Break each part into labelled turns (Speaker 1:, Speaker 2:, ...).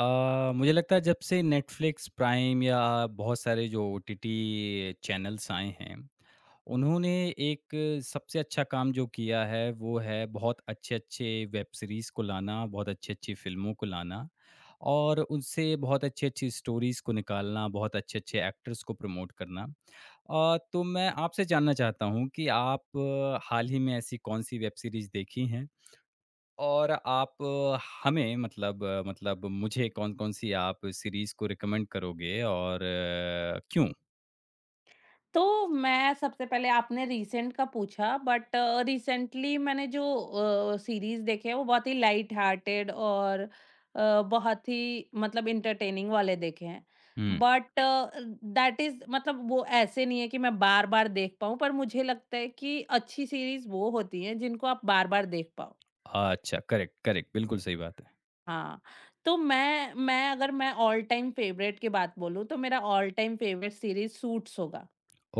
Speaker 1: मुझे लगता है जब से नेटफ्लिक्स, प्राइम या बहुत सारे जो ओटीटी चैनल्स आए हैं, उन्होंने एक सबसे अच्छा काम जो किया है, वो है बहुत अच्छे-अच्छे वेब सीरीज़ को लाना, बहुत अच्छी-अच्छी फ़िल्मों को लाना और उनसे बहुत अच्छी-अच्छी स्टोरीज़ को निकालना, बहुत अच्छे-अच्छे एक्टर्स को प्रमोट करना। तो मैं आपसे जानना चाहता हूँ कि आप हाल ही में ऐसी कौन-सी वेब सीरीज़ देखी हैं? और आप हमें मतलब मुझे कौन-कौन सी आप सीरीज़ को रिकमेंड करोगे और क्यों?
Speaker 2: तो मैं सबसे पहले आपने रीसेंट का पूछा, बट रिसेंटली मैंने जो सीरीज देखे हैं वो बहुत ही लाइट हार्टेड और बहुत ही मतलब इंटरटेनिंग वाले देखे हैं।
Speaker 1: हुँ।
Speaker 2: बट दैट इज मतलब वो ऐसे नहीं है कि मैं बार बार देख पाऊँ, पर मुझे लगता है कि अच्छी सीरीज वो होती हैं जिनको आप बार बार देख पाओ।
Speaker 1: अच्छा, करेक्ट, करेक्ट, बिल्कुल सही बात है।
Speaker 2: हाँ, तो मैं अगर मैं ऑल टाइम फेवरेट की बात बोलूँ तो मेरा all time favourite series Suits होगा,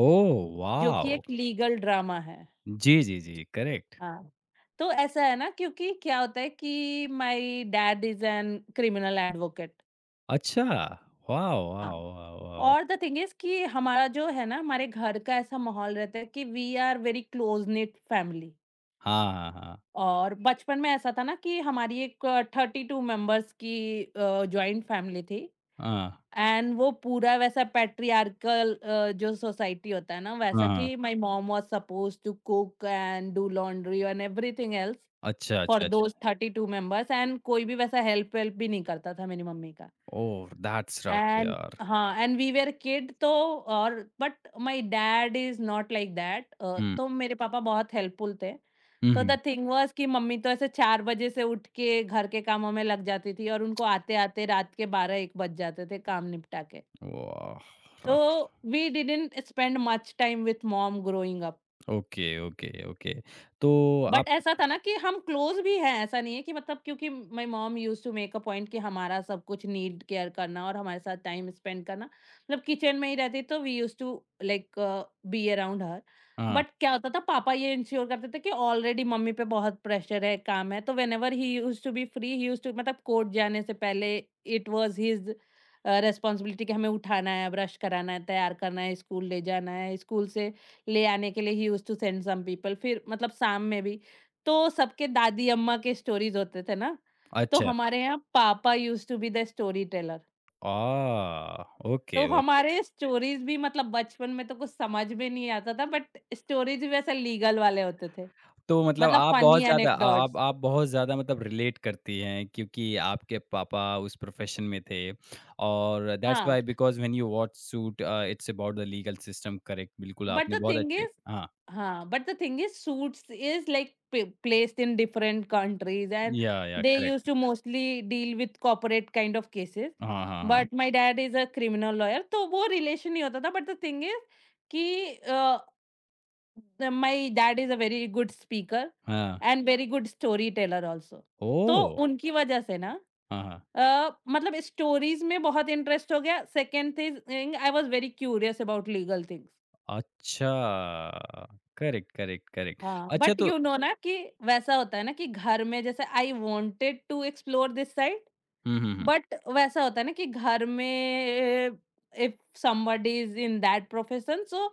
Speaker 1: ओह,
Speaker 2: जो कि
Speaker 1: वॉव!
Speaker 2: एक लीगल ड्रामा है।
Speaker 1: जी, जी, जी, करेक्ट।
Speaker 2: हाँ, तो ऐसा है ना, क्योंकि क्या होता है कि my dad is an criminal advocate.
Speaker 1: अच्छा, वॉव, वॉव,
Speaker 2: हाँ,
Speaker 1: वॉव, वॉव!
Speaker 2: और द थिंग इज़ कि हमारा जो है ना, हमारे घर का ऐसा माहौल रहता है कि we are very close knit family.
Speaker 1: हाँ, हाँ, हाँ।
Speaker 2: और बचपन में ऐसा था ना कि हमारी एक 32 मेंबर्स की जॉइंट फैमिली थी।
Speaker 1: हाँ,
Speaker 2: एंड वो पूरा वैसा पैट्रियार्कल जो सोसाइटी होता है ना,
Speaker 1: हाँ,
Speaker 2: वैसा
Speaker 1: हाँ।
Speaker 2: कि my mom was supposed to cook and do laundry and everything else
Speaker 1: अच्छा, अच्छा,
Speaker 2: फॉर दोज़
Speaker 1: अच्छा।
Speaker 2: 32 मेंबर्स, एंड कोई भी वैसा हेल्प-वेल्प भी नहीं करता था मेरी मम्मी का।
Speaker 1: ओह, दैट्स रफ
Speaker 2: एंड
Speaker 1: यार।
Speaker 2: हाँ, एंड वी वर किड तो। और but my dad is not like that,
Speaker 1: हुँ,
Speaker 2: तो मेरे पापा बहुत हेल्पफुल थे।
Speaker 1: हुँ,
Speaker 2: तो
Speaker 1: हुँ।
Speaker 2: द थिंग वाज़ कि मम्मी तो ऐसे 4 बजे से उठ के घर के कामों में लग जाती थी और उनको आते-आते रात के 12-1 बज जाते थे काम निपटा के।
Speaker 1: वाह!
Speaker 2: तो
Speaker 1: rough.
Speaker 2: We didn't spend much time with mom growing up.
Speaker 1: Okay, okay, okay. तो आप।
Speaker 2: बट ऐसा था ना कि हम क्लोज भी हैं, ऐसा नहीं है कि मतलब क्योंकि my mom used to make a point कि हमारा सब कुछ नीड केयर करना और हमारे साथ टाइम स्पेंड करना। मतलब किचन में ही रहती तो we used to like be around her.
Speaker 1: हाँ,
Speaker 2: बट क्या होता था, पापा ये इंश्योर करते थे कि ऑलरेडी मम्मी पे बहुत प्रेशर है, काम है। तो whenever he used to be free, he used to मतलब कोर्ट जाने से पहले इट वाज़ हिज रिस्पॉन्सिबिलिटी कि हमें उठाना है, ब्रश कराना है, तैयार करना है, स्कूल ले जाना है। स्कूल से ले आने के लिए he used to send some people. फिर मतलब शाम में भी तो सबके दादी अम्मा के स्टोरीज होते थे ना, तो
Speaker 1: अच्छा।
Speaker 2: हमारे यहाँ पापा used to be the story teller.
Speaker 1: Ah! Okay,
Speaker 2: तो
Speaker 1: ओके।
Speaker 2: हमारे स्टोरीज भी मतलब बचपन में तो कुछ समझ में नहीं आता था, बट स्टोरीज भी ऐसे लीगल वाले होते थे।
Speaker 1: तो मतलब
Speaker 2: मतलब
Speaker 1: आप
Speaker 2: फनी
Speaker 1: बहुत ज़्यादा आ
Speaker 2: एनेक्डोट्स।
Speaker 1: आप बहुत ज़्यादा मतलब रिलेट करती हैं क्योंकि आपके पापा उस प्रोफ़ेशन में थे और दैट्स
Speaker 2: हाँ।
Speaker 1: Why because when you watch Suits it's about the legal system. Correct, बिल्कुल
Speaker 2: But
Speaker 1: आपने
Speaker 2: the
Speaker 1: बहुत
Speaker 2: thing
Speaker 1: अच्छे।
Speaker 2: is,
Speaker 1: हाँ।
Speaker 2: हाँ, but the thing is, Suits is like placed in different countries, and
Speaker 1: या
Speaker 2: they used
Speaker 1: correct.
Speaker 2: to mostly deal with corporate kind of cases.
Speaker 1: हाँ, हाँ, हाँ।
Speaker 2: But my dad is a criminal lawyer, तो वो relation नहीं होता था. But the thing is कि my dad is a very good speaker
Speaker 1: हाँ।
Speaker 2: and very good storyteller also. तो
Speaker 1: ओह!
Speaker 2: उनकी वजह से ना
Speaker 1: हाँ, हाँ।
Speaker 2: मतलब स्टोरीज में बहुत इंटरेस्ट हो गया। Second thing, I was very curious about legal things.
Speaker 1: अच्छा! Correct, correct, correct.
Speaker 2: हाँ,
Speaker 1: अच्छा,
Speaker 2: बट
Speaker 1: तो
Speaker 2: यू नो ना कि वैसा होता है ना कि घर में, जैसे I wanted to explore this side.
Speaker 1: हुँ, हुँ, हुँ।
Speaker 2: बट वैसा होता है ना कि घर में if somebody is in that profession, so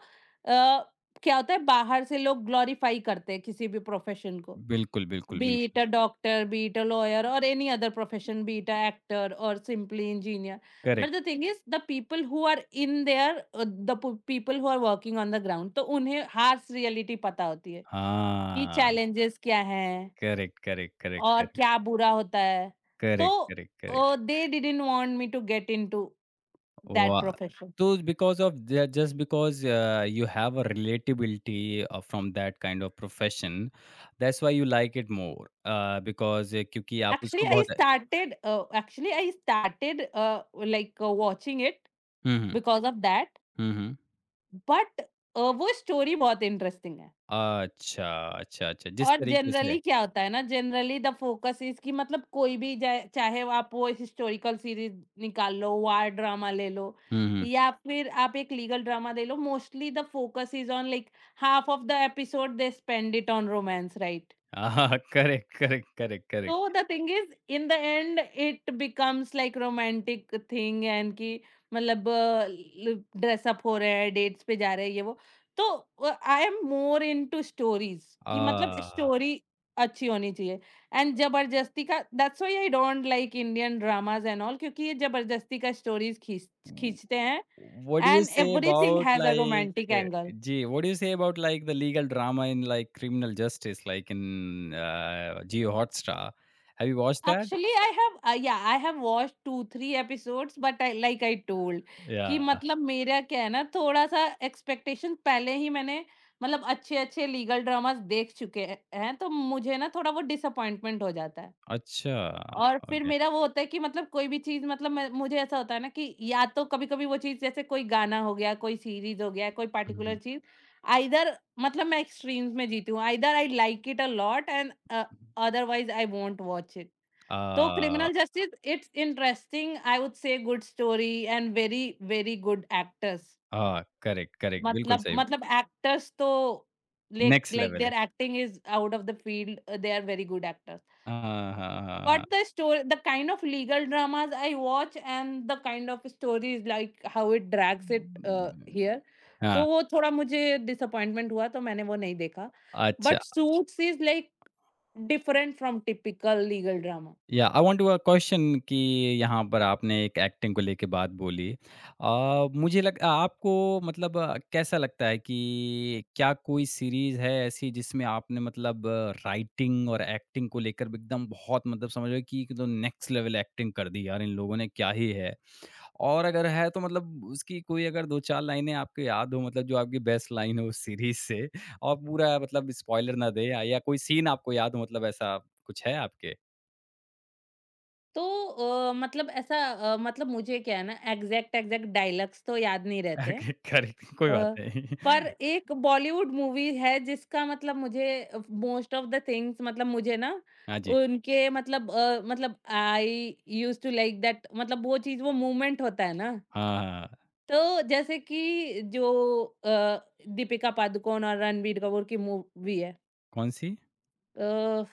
Speaker 2: क्या होता है, बाहर से लोग ग्लोरीफाई करते हैं किसी भी प्रोफेशन को,
Speaker 1: बिल्कुल, बिल्कुल,
Speaker 2: be it
Speaker 1: बिल्कुल।
Speaker 2: a doctor, be it a lawyer, or any other profession, be it a actor or simply engineer. But
Speaker 1: correct.
Speaker 2: the thing is, the people who are in there, the people who are working on the ground, तो उन्हें harsh reality पता होती है कि
Speaker 1: हाँ।
Speaker 2: Challenges क्या हैं
Speaker 1: correct, correct, correct,
Speaker 2: और
Speaker 1: करेक्ट।
Speaker 2: क्या बुरा होता है।
Speaker 1: Correct, correct, correct.
Speaker 2: तो they didn't want me to get into that
Speaker 1: Wow.
Speaker 2: profession.
Speaker 1: So because of just because you have a relatability from that kind of profession, that's why you like it more. Because क्योंकि आप उसको बहुत।
Speaker 2: Actually i started like watching it
Speaker 1: hmm, hmm.
Speaker 2: because of that.
Speaker 1: Hmm, hmm.
Speaker 2: But वो story बहुत interesting है।
Speaker 1: अच्छा। अच्छा, अच्छा, जिस
Speaker 2: और
Speaker 1: तरीके से
Speaker 2: जनरली क्या होता है ना, जनरली द फोकस इज कि मतलब कोई भी चाहे वो आप वो हिस्टोरिकल सीरीज निकाल लो, वार ड्रामा ले लो
Speaker 1: हम्म, हम्म।
Speaker 2: या फिर आप एक लीगल ड्रामा दे लो, mostly the focus is on like half of the episode they spend it on romance right.
Speaker 1: हाँ, correct, correct,
Speaker 2: So
Speaker 1: correct,
Speaker 2: the thing is in the end it becomes like romantic thing and कि मतलब dress up हो रहे हैं, dates पे जा रहे हैं, ये वो। तो I am more into stories कि मतलब
Speaker 1: करेक्ट।
Speaker 2: स्टोरी अच्छी होनी चाहिए एंड जबरदस्ती का। That's why I don't like Indian dramas and all, क्योंकि ये जबरदस्ती का स्टोरीज
Speaker 1: W-
Speaker 2: खींचते हैं
Speaker 1: What do you
Speaker 2: and
Speaker 1: say
Speaker 2: everything
Speaker 1: about
Speaker 2: has a
Speaker 1: like,
Speaker 2: romantic angle.
Speaker 1: gee, what do you say about like the legal drama in like criminal justice, like in Geo Hotstar? Have you watched that?
Speaker 2: Actually, I have yeah, I have watched 2-3 episodes, but I like I told कि
Speaker 1: Yeah.
Speaker 2: मतलब मेरा क्या है ना, थोड़ा-सा expectation पहले ही मैंने मतलब अच्छे-अच्छे लीगल ड्रामास देख चुके हैं, तो मुझे ना थोड़ा वो डिसअपॉइंटमेंट हो जाता है।
Speaker 1: अच्छा।
Speaker 2: और फिर
Speaker 1: Okay.
Speaker 2: मेरा वो होता है कि मतलब कोई भी चीज़ मतलब मैं मुझे ऐसा होता है ना कि या तो कभी-कभी वो चीज़, जैसे कोई गाना हो गया, कोई सीरीज़ हो गया, कोई पार्टिकुलर
Speaker 1: Mhm.
Speaker 2: चीज़, आइदर मतलब मैं एक्सट्रीम्स में जीती हूँ। Either I like it a lot and otherwise I won't watch it. तो
Speaker 1: Uh,
Speaker 2: criminal justice it's interesting. I would say good story and very very good actors.
Speaker 1: हाँ। Correct, correct, बिल्कुल
Speaker 2: मतलब
Speaker 1: सही।
Speaker 2: एक्टर्स तो like
Speaker 1: Next
Speaker 2: like
Speaker 1: level है।
Speaker 2: Their acting is out of the field, they are very good actors.
Speaker 1: हाँ, हाँ, हाँ,
Speaker 2: But
Speaker 1: हाँ।
Speaker 2: the story, the kind of legal dramas I watch and the kind of stories like how it drags it here,
Speaker 1: हाँ,
Speaker 2: तो
Speaker 1: हाँ,
Speaker 2: वो थोड़ा मुझे डिसअपॉइंटमेंट हुआ, तो मैंने वो नहीं देखा।
Speaker 1: अच्छा।
Speaker 2: But Suits is like different from typical legal drama.
Speaker 1: Yeah, I want to a question कि यहाँ पर आपने एक एक्टिंग को लेके बात बोली। मुझे लग आपको मतलब कैसा लगता है कि क्या कोई सीरीज़ है ऐसी जिसमें आपने मतलब राइटिंग और एक्टिंग को लेकर भी एकदम बहुत मतलब समझ लो कि एकदम नेक्स्ट लेवल एक्टिंग कर दी यार इन लोगों ने क्या ही है? और अगर है तो मतलब उसकी कोई अगर 2-4 लाइनें आपको याद हो मतलब जो आपकी बेस्ट लाइन हो उस सीरीज़ से और पूरा मतलब स्पॉइलर ना दें या कोई सीन आपको याद हो मतलब ऐसा कुछ है आपके?
Speaker 2: तो मतलब ऐसा मतलब मुझे क्या है ना, एग्जैक्ट एग्जैक्ट डायलॉग्स तो याद नहीं रहते हैं।
Speaker 1: ओके, करेक्ट, कोई बात
Speaker 2: अ,
Speaker 1: नहीं।
Speaker 2: पर एक बॉलीवुड मूवी है जिसका मतलब मुझे मोस्ट ऑफ द थिंग्स मतलब मुझे ना
Speaker 1: हाँ जी।
Speaker 2: उनके मतलब मतलब I used to like that, मतलब वो चीज वो मूवमेंट होता है ना।
Speaker 1: हाँ, हाँ।
Speaker 2: तो जैसे कि जो अ, दीपिका पादुकोण और रणबीर कपूर की मूवी
Speaker 1: कौन-सी?
Speaker 2: है।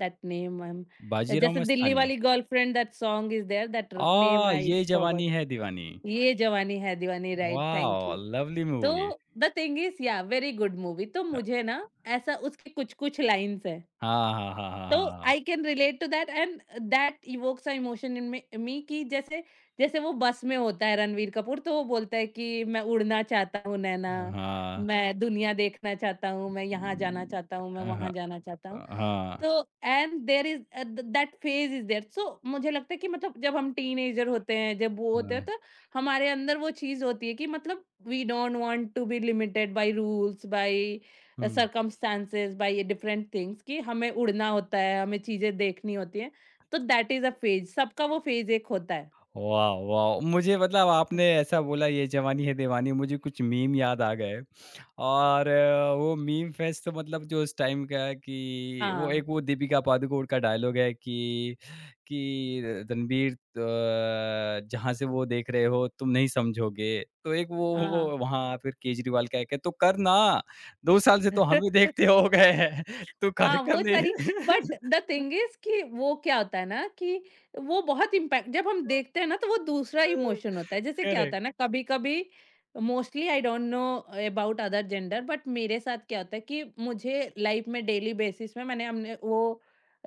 Speaker 2: That name I'm
Speaker 1: बाजीराव
Speaker 2: जैसे दिल्ली
Speaker 1: मस्तानी।
Speaker 2: वाली girlfriend that song is there. That र नेम
Speaker 1: आह!
Speaker 2: आई
Speaker 1: ये
Speaker 2: forgot.
Speaker 1: Jawaani Hai Deewani.
Speaker 2: Yeh Jawaani Hai Deewani, right, thank
Speaker 1: wow!
Speaker 2: You.
Speaker 1: Lovely
Speaker 2: तो
Speaker 1: मूवी।
Speaker 2: द थिंग इज़ या वेरी गुड मूवी, तो
Speaker 1: अ,
Speaker 2: मुझे ना ऐसा उसके कुछ-कुछ लाइन्स हैं।
Speaker 1: हाँ, हाँ, हाँ, हाँ,
Speaker 2: तो
Speaker 1: हाँ, हाँ।
Speaker 2: I can relate to that and that evokes a emotion in me me कि जैसे जैसे वो बस में होता है रणवीर कपूर, तो वो बोलता है कि मैं उड़ना चाहता हूँ नैना,
Speaker 1: हाँ।
Speaker 2: मैं दुनिया देखना चाहता हूँ, मैं यहाँ
Speaker 1: उम,
Speaker 2: जाना चाहता हूँ, मैं वहाँ
Speaker 1: हाँ।
Speaker 2: जाना चाहता हूँ।
Speaker 1: हाँ,
Speaker 2: तो and there is the that phase is there. So मुझे लगता है कि मतलब जब हम टीनेजर होते हैं, जब वो होते हैं,
Speaker 1: हाँ।
Speaker 2: तो हमारे अंदर वो चीज़ होती है कि मतलब we don't want to be limited by rules, by
Speaker 1: हुँ।
Speaker 2: सर्कमस्टेंसेस, बाय डिफरेंट थिंग्स, कि हमें उड़ना होता है, हमें चीज़ें देखनी होती हैं। तो दैट इज़ अ फेज़। सबका वो फेज़ एक होता है।
Speaker 1: वाह! वाह! मुझे मतलब आपने ऐसा बोला ये जवानी है दीवानी मुझे कुछ मीम याद आ गए। और वो मीम फेस्ट तो मतलब जो उस टाइम का है कि वो एक
Speaker 2: हाँ,
Speaker 1: वो दीपिका पादुकोण का डायलॉग है कि "रणबीर जहाँ से वो देख रहे हो तुम नहीं समझोगे।" तो एक वो
Speaker 2: हाँ।
Speaker 1: वहाँ फिर केजरीवाल का एक है, "तो कर ना, 2 साल से तो हम ही देखते हो गए हैं, तू कर
Speaker 2: हाँ,
Speaker 1: क्यों
Speaker 2: वो
Speaker 1: नहीं?"
Speaker 2: सारी। बट द थिंग इज़ कि वो क्या होता है ना कि वो बहुत इम्पैक्ट जब हम देखते हैं ना तो वो दूसरा इमोशन होता है। जैसे क्या
Speaker 1: करेक्ट,
Speaker 2: होता है ना कभी-कभी mostly I don't know about other gender, but मेरे साथ क्या होता है कि मुझे लाइफ में डेली बेसिस में मैंने हमने वो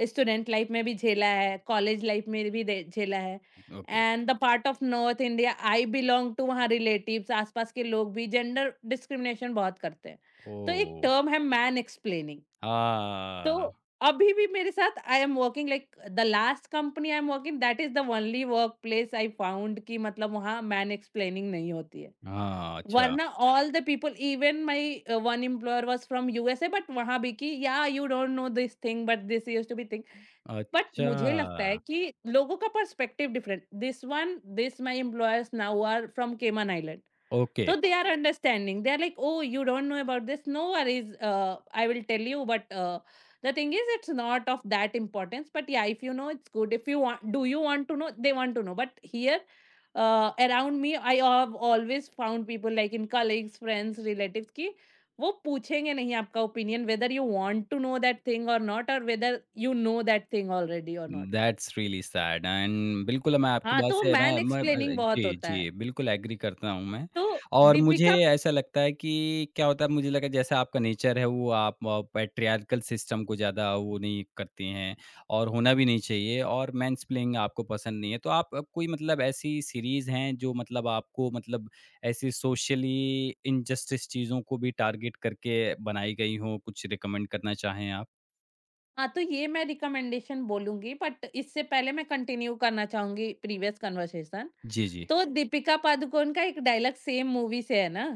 Speaker 2: स्टूडेंट लाइफ में भी झेला है, कॉलेज लाइफ में भी दे झेला है।
Speaker 1: Okay.
Speaker 2: And the part of north India I belong to, वहाँ रिलेटिव्स आस-पास के लोग भी जेंडर डिस्क्रिमिनेशन बहुत करते हैं। तो एक
Speaker 1: ओह!
Speaker 2: टर्म है मैन एक्सप्लेनिंग,
Speaker 1: हाँ,
Speaker 2: तो अभी भी मेरे साथ I am working like the last company I am working, that is the only work place I found कि मतलब वहाँ मैन एक्सप्लेनिंग नहीं होती है।
Speaker 1: हाँ, अच्छा।
Speaker 2: वरना all the people, even my one employer was from USA, but वहां भी कि yeah you don't know this thing but this use to be thing. But
Speaker 1: अच्छा,
Speaker 2: मुझे लगता है कि लोगों का perspective different. This one this my employers now are from Cayman island.
Speaker 1: Okay.
Speaker 2: So they are understanding. They're like, "Oh, you don't know about this. No worries. I will tell you." But the thing is, it's not of that importance. But yeah, if you know, it's good. If you want, do you want to know? They want to know. But here, around me, I have always found people like in colleagues, friends, relatives, Ki वो पूछेंगे नहीं आपका opinion whether you want to know that thing और not, और whether you know that thing already और not.
Speaker 1: That's really sad and बिल्कुल मैं आपकी
Speaker 2: हाँ,
Speaker 1: बात
Speaker 2: तो
Speaker 1: से मैं
Speaker 2: मैन
Speaker 1: मैं मैं
Speaker 2: एक्सप्लेनिंग बहुत
Speaker 1: जी,
Speaker 2: होता है।
Speaker 1: जी, बिल्कुल एग्री करता हूँ मैं।
Speaker 2: तो
Speaker 1: और मुझे
Speaker 2: दीपिका।
Speaker 1: ऐसा लगता है कि क्या होता है मुझे लगा जैसा आपका नेचर है वो आप पैट्रियार्कल सिस्टम को ज़्यादा वो नहीं करती हैं और होना भी नहीं चाहिए और मैंसप्लेनिंग आपको पसंद नहीं है। तो आप कोई मतलब ऐसी सीरीज़ हैं जो मतलब आपको मतलब ऐसी सोशली इनजस्टिस चीज़ों को भी टारगेट करके बनाई गई हो, कुछ रिकमेंड करना चाहें आप?
Speaker 2: हाँ, तो ये मैं रिकमेंडेशन बोलूँगी, बट इससे पहले मैं कंटिन्यू करना चाहूँगी प्रीवियस कन्वर्सेशन।
Speaker 1: जी, जी।
Speaker 2: तो दीपिका पादुकोण का एक डायलॉग सेम मूवी से है ना,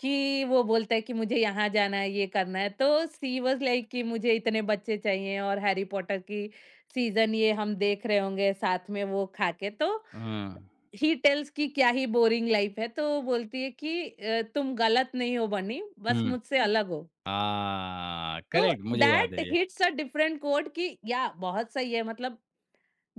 Speaker 2: कि वो बोलता है कि मुझे यहाँ जाना है, ये करना है। तो शी वाज़ लाइक कि मुझे इतने बच्चे चाहिए और हैरी पॉटर की सीज़न ये हम देख रहे होंगे साथ में वो खा के। तो
Speaker 1: हाँ।
Speaker 2: ही टेल्स कि क्या ही बोरिंग लाइफ़ है। तो वो बोलती है कि तुम गलत नहीं हो बनी, बस
Speaker 1: हुँ।
Speaker 2: मुझसे अलग हो।
Speaker 1: हाँ,
Speaker 2: तो
Speaker 1: करेक्ट, मुझे याद
Speaker 2: दैट
Speaker 1: है ये।
Speaker 2: हिट्स अ डिफरेंट कोड कि या बहुत सही है। मतलब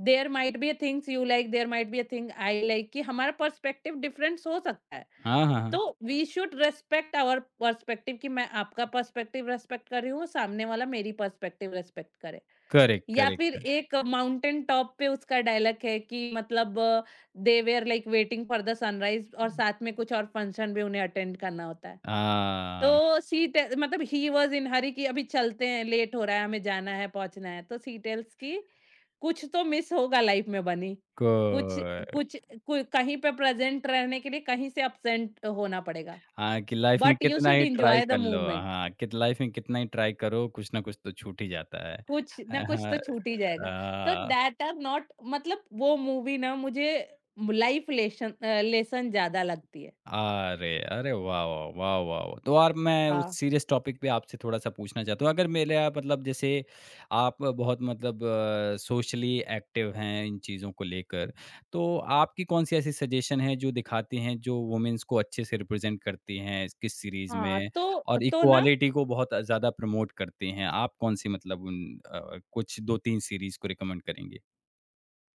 Speaker 2: there might be a things you like, there might be a thing I like, कि हमारा पर्सपेक्टिव डिफरेंस हो सकता है।
Speaker 1: हाँ, हाँ, हाँ।
Speaker 2: तो we should respect our perspective, कि मैं आपका पर्सपेक्टिव रेस्पेक्ट कर रही हूँ, सामने वाला मेरी पर्सपेक्टिव रेस्पेक्ट करे।
Speaker 1: करेक्ट,
Speaker 2: या
Speaker 1: करेक्ट,
Speaker 2: फिर
Speaker 1: करेक्ट।
Speaker 2: एक माउंटेन टॉप पे उसका डायलॉग है कि मतलब they were like waiting for the sunrise और साथ में कुछ और फंक्शन भी उन्हें अटेंड करना होता है।
Speaker 1: हाँ,
Speaker 2: तो सी टे मतलब ही वाज़ इन हरी कि अभी चलते हैं, लेट हो रहा है, हमें जाना है, पहुँचना है। तो सी टेल्स की कुछ तो मिस होगा लाइफ में बनी।
Speaker 1: को
Speaker 2: कुछ कुछ कु कहीं पे प्रेज़ेंट रहने के लिए कहीं से एब्सेंट होना पड़ेगा।
Speaker 1: हाँ, कि लाइफ़ में
Speaker 2: बट यू
Speaker 1: कितना
Speaker 2: should
Speaker 1: he try
Speaker 2: enjoy the
Speaker 1: कर लो।
Speaker 2: मोमेंट।
Speaker 1: हाँ, कि लाइफ़ में कितना ही ट्राई करो, कुछ ना कुछ तो छूट ही जाता है।
Speaker 2: कुछ ना कुछ
Speaker 1: हाँ,
Speaker 2: तो छूट ही जाएगा। तो
Speaker 1: अ
Speaker 2: दैट आर नॉट, मतलब वो मूवी ना मुझे लेसन ज़्यादा लगती है।
Speaker 1: अरे! अरे वाह, वाह! वाह, वाह, वाह! तो और मैं उस
Speaker 2: हाँ।
Speaker 1: सीरियस टॉपिक पे आपसे थोड़ा-सा पूछना चाहता हूँ। अगर मेरा मतलब जैसे आप बहुत मतलब सोशली एक्टिव हैं इन चीज़ों को लेकर, तो आपकी कौन-सी ऐसी सजेशन है जो दिखाती हैं, जो वुमेन्स को अच्छे से रिप्रेज़ेंट करती हैं इस किस सीरीज़
Speaker 2: हाँ,
Speaker 1: में और
Speaker 2: तो ना
Speaker 1: इक्वालिटी को बहुत ज़्यादा प्रमोट करती हैं? आप कौन-सी मतलब उन कुछ 2-3 सीरीज़ को रिकमेंड करेंगे?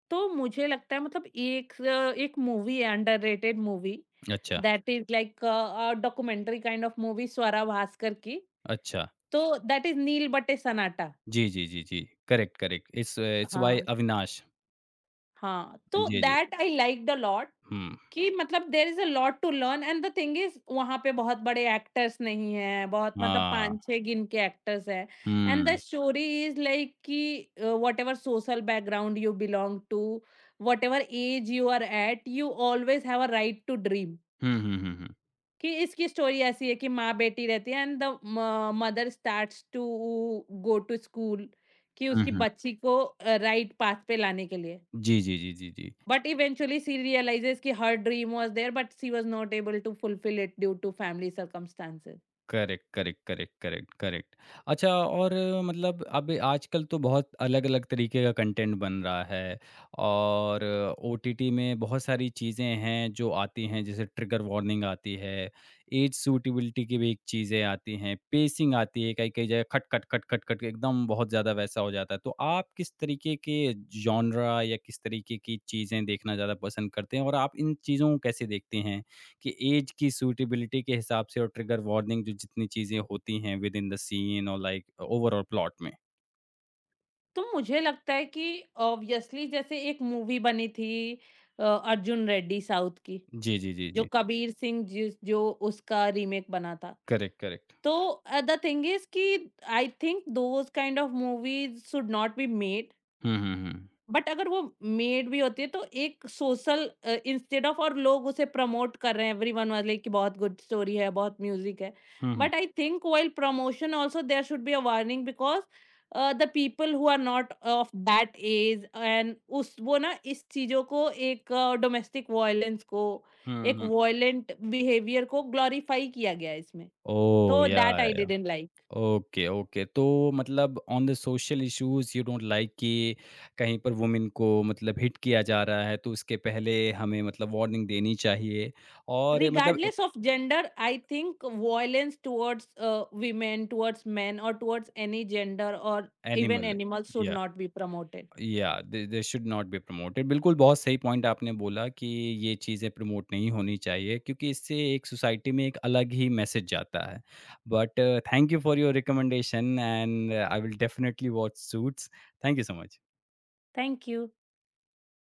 Speaker 2: तो मुझे लगता है मतलब एक एक मूवी है, अंडररेटेड मूवी,
Speaker 1: अच्छा,
Speaker 2: that is like documentary kind of movie, Swara Bhaskar की।
Speaker 1: अच्छा।
Speaker 2: तो दैट इज़ नील बटे सन्नाटा।
Speaker 1: जी, जी, जी, जी। Correct, correct. It's it's by
Speaker 2: हाँ।
Speaker 1: अविनाश।
Speaker 2: हाँ, तो
Speaker 1: जी, जी।
Speaker 2: That I liked a lot.
Speaker 1: हुँ।
Speaker 2: कि मतलब there is a lot to learn and the thing is वहाँ पे बहुत बड़े एक्टर्स नहीं हैं, बहुत मतलब
Speaker 1: हाँ।
Speaker 2: 5-6 गिन के एक्टर्स हैं। एंड द
Speaker 1: हुँ।
Speaker 2: स्टोरी इज़ लाइक कि whatever social background you belong to, whatever age you are at, you always have a right to dream.
Speaker 1: हुँ, हुँ, हुँ, हुँ।
Speaker 2: कि इसकी स्टोरी ऐसी है कि माँ-बेटी रहती है एंड द म mother starts to go to school, कि
Speaker 1: हुँ,
Speaker 2: उसकी
Speaker 1: हुँ।
Speaker 2: बच्ची को राइट पाथ पे लाने के लिए।
Speaker 1: जी, जी, जी, जी, जी।
Speaker 2: But eventually she realizes कि her dream was there but she was not able to fulfill it due to family circumstances.
Speaker 1: Correct, correct, correct, correct, correct. अच्छा, और मतलब अब आजकल तो बहुत अलग-अलग तरीके का कंटेंट बन रहा है और ओटीटी में बहुत सारी चीज़ें हैं जो आती हैं, जैसे ट्रिगर वार्निंग आती है, एज सूटेबिलिटी की भी एक चीज़ें आती हैं, पेसिंग आती है, कई-कई जगह खट, खट, खट, खट, खट एकदम बहुत ज़्यादा वैसा हो जाता है। तो आप किस तरीके के जॉनरा या किस तरीके की चीज़ें देखना ज़्यादा पसंद करते हैं और आप इन चीज़ों को कैसे देखते हैं? कि ऐज की सूटेबिलिटी के हिसाब से और ट्रिगर वार्निंग जो जितनी चीज़ें होती हैं विद इन द सीन और लाइक ओवरऑल प्लॉट में।
Speaker 2: तो मुझे लगता है कि ऑब्वियसली जैसे एक मूवी बनी थी अर्जुन रेड्डी साउथ की,
Speaker 1: जी, जी, जी,
Speaker 2: जो
Speaker 1: जी।
Speaker 2: कबीर सिंह जिस जो उसका रीमेक बना था।
Speaker 1: Correct, correct.
Speaker 2: तो द थिंग इज कि I think those kind of movies should not be made.
Speaker 1: हुँ, हुँ, हुँ।
Speaker 2: बट अगर वो मेड भी होती है तो एक सोशल इंस्टेड ऑफ, और लोग उसे प्रमोट कर रहे हैं एवरीवन वाले कि बहुत गुड स्टोरी है, बहुत म्यूजिक है।
Speaker 1: हुँ, हुँ।
Speaker 2: But I think while promotion also there should be a warning, because the people who are not of that age and उस वो ना इस चीजों को एक डोमेस्टिक वायलेंस को,
Speaker 1: हुँ,
Speaker 2: एक
Speaker 1: हुँ।
Speaker 2: वायलेंट बिहेवियर को ग्लोरीफाई किया गया है इसमें।
Speaker 1: ओह!
Speaker 2: तो
Speaker 1: yeah,
Speaker 2: that I
Speaker 1: yeah.
Speaker 2: Didn't like.
Speaker 1: Okay, okay. तो मतलब on the social issues you don't like कि कहीं पर वुमेन को मतलब हिट किया जा रहा है तो उसके पहले हमें मतलब वार्निंग देनी चाहिए और मतलब uh
Speaker 2: regardless of gender i think violence towards women towards men or towards any gender or even
Speaker 1: animal
Speaker 2: animals should
Speaker 1: yeah.
Speaker 2: not be promoted.
Speaker 1: Yeah they they should not be promoted. बिल्कुल, बहुत सही point आपने बोला कि ये चीज़ें promote नहीं होनी चाहिए क्योंकि इससे एक सोसाइटी में एक अलग ही मैसेज जाता है। But thank you for your recommendation and I will definitely watch Suits. Thank you so much.
Speaker 2: thank you.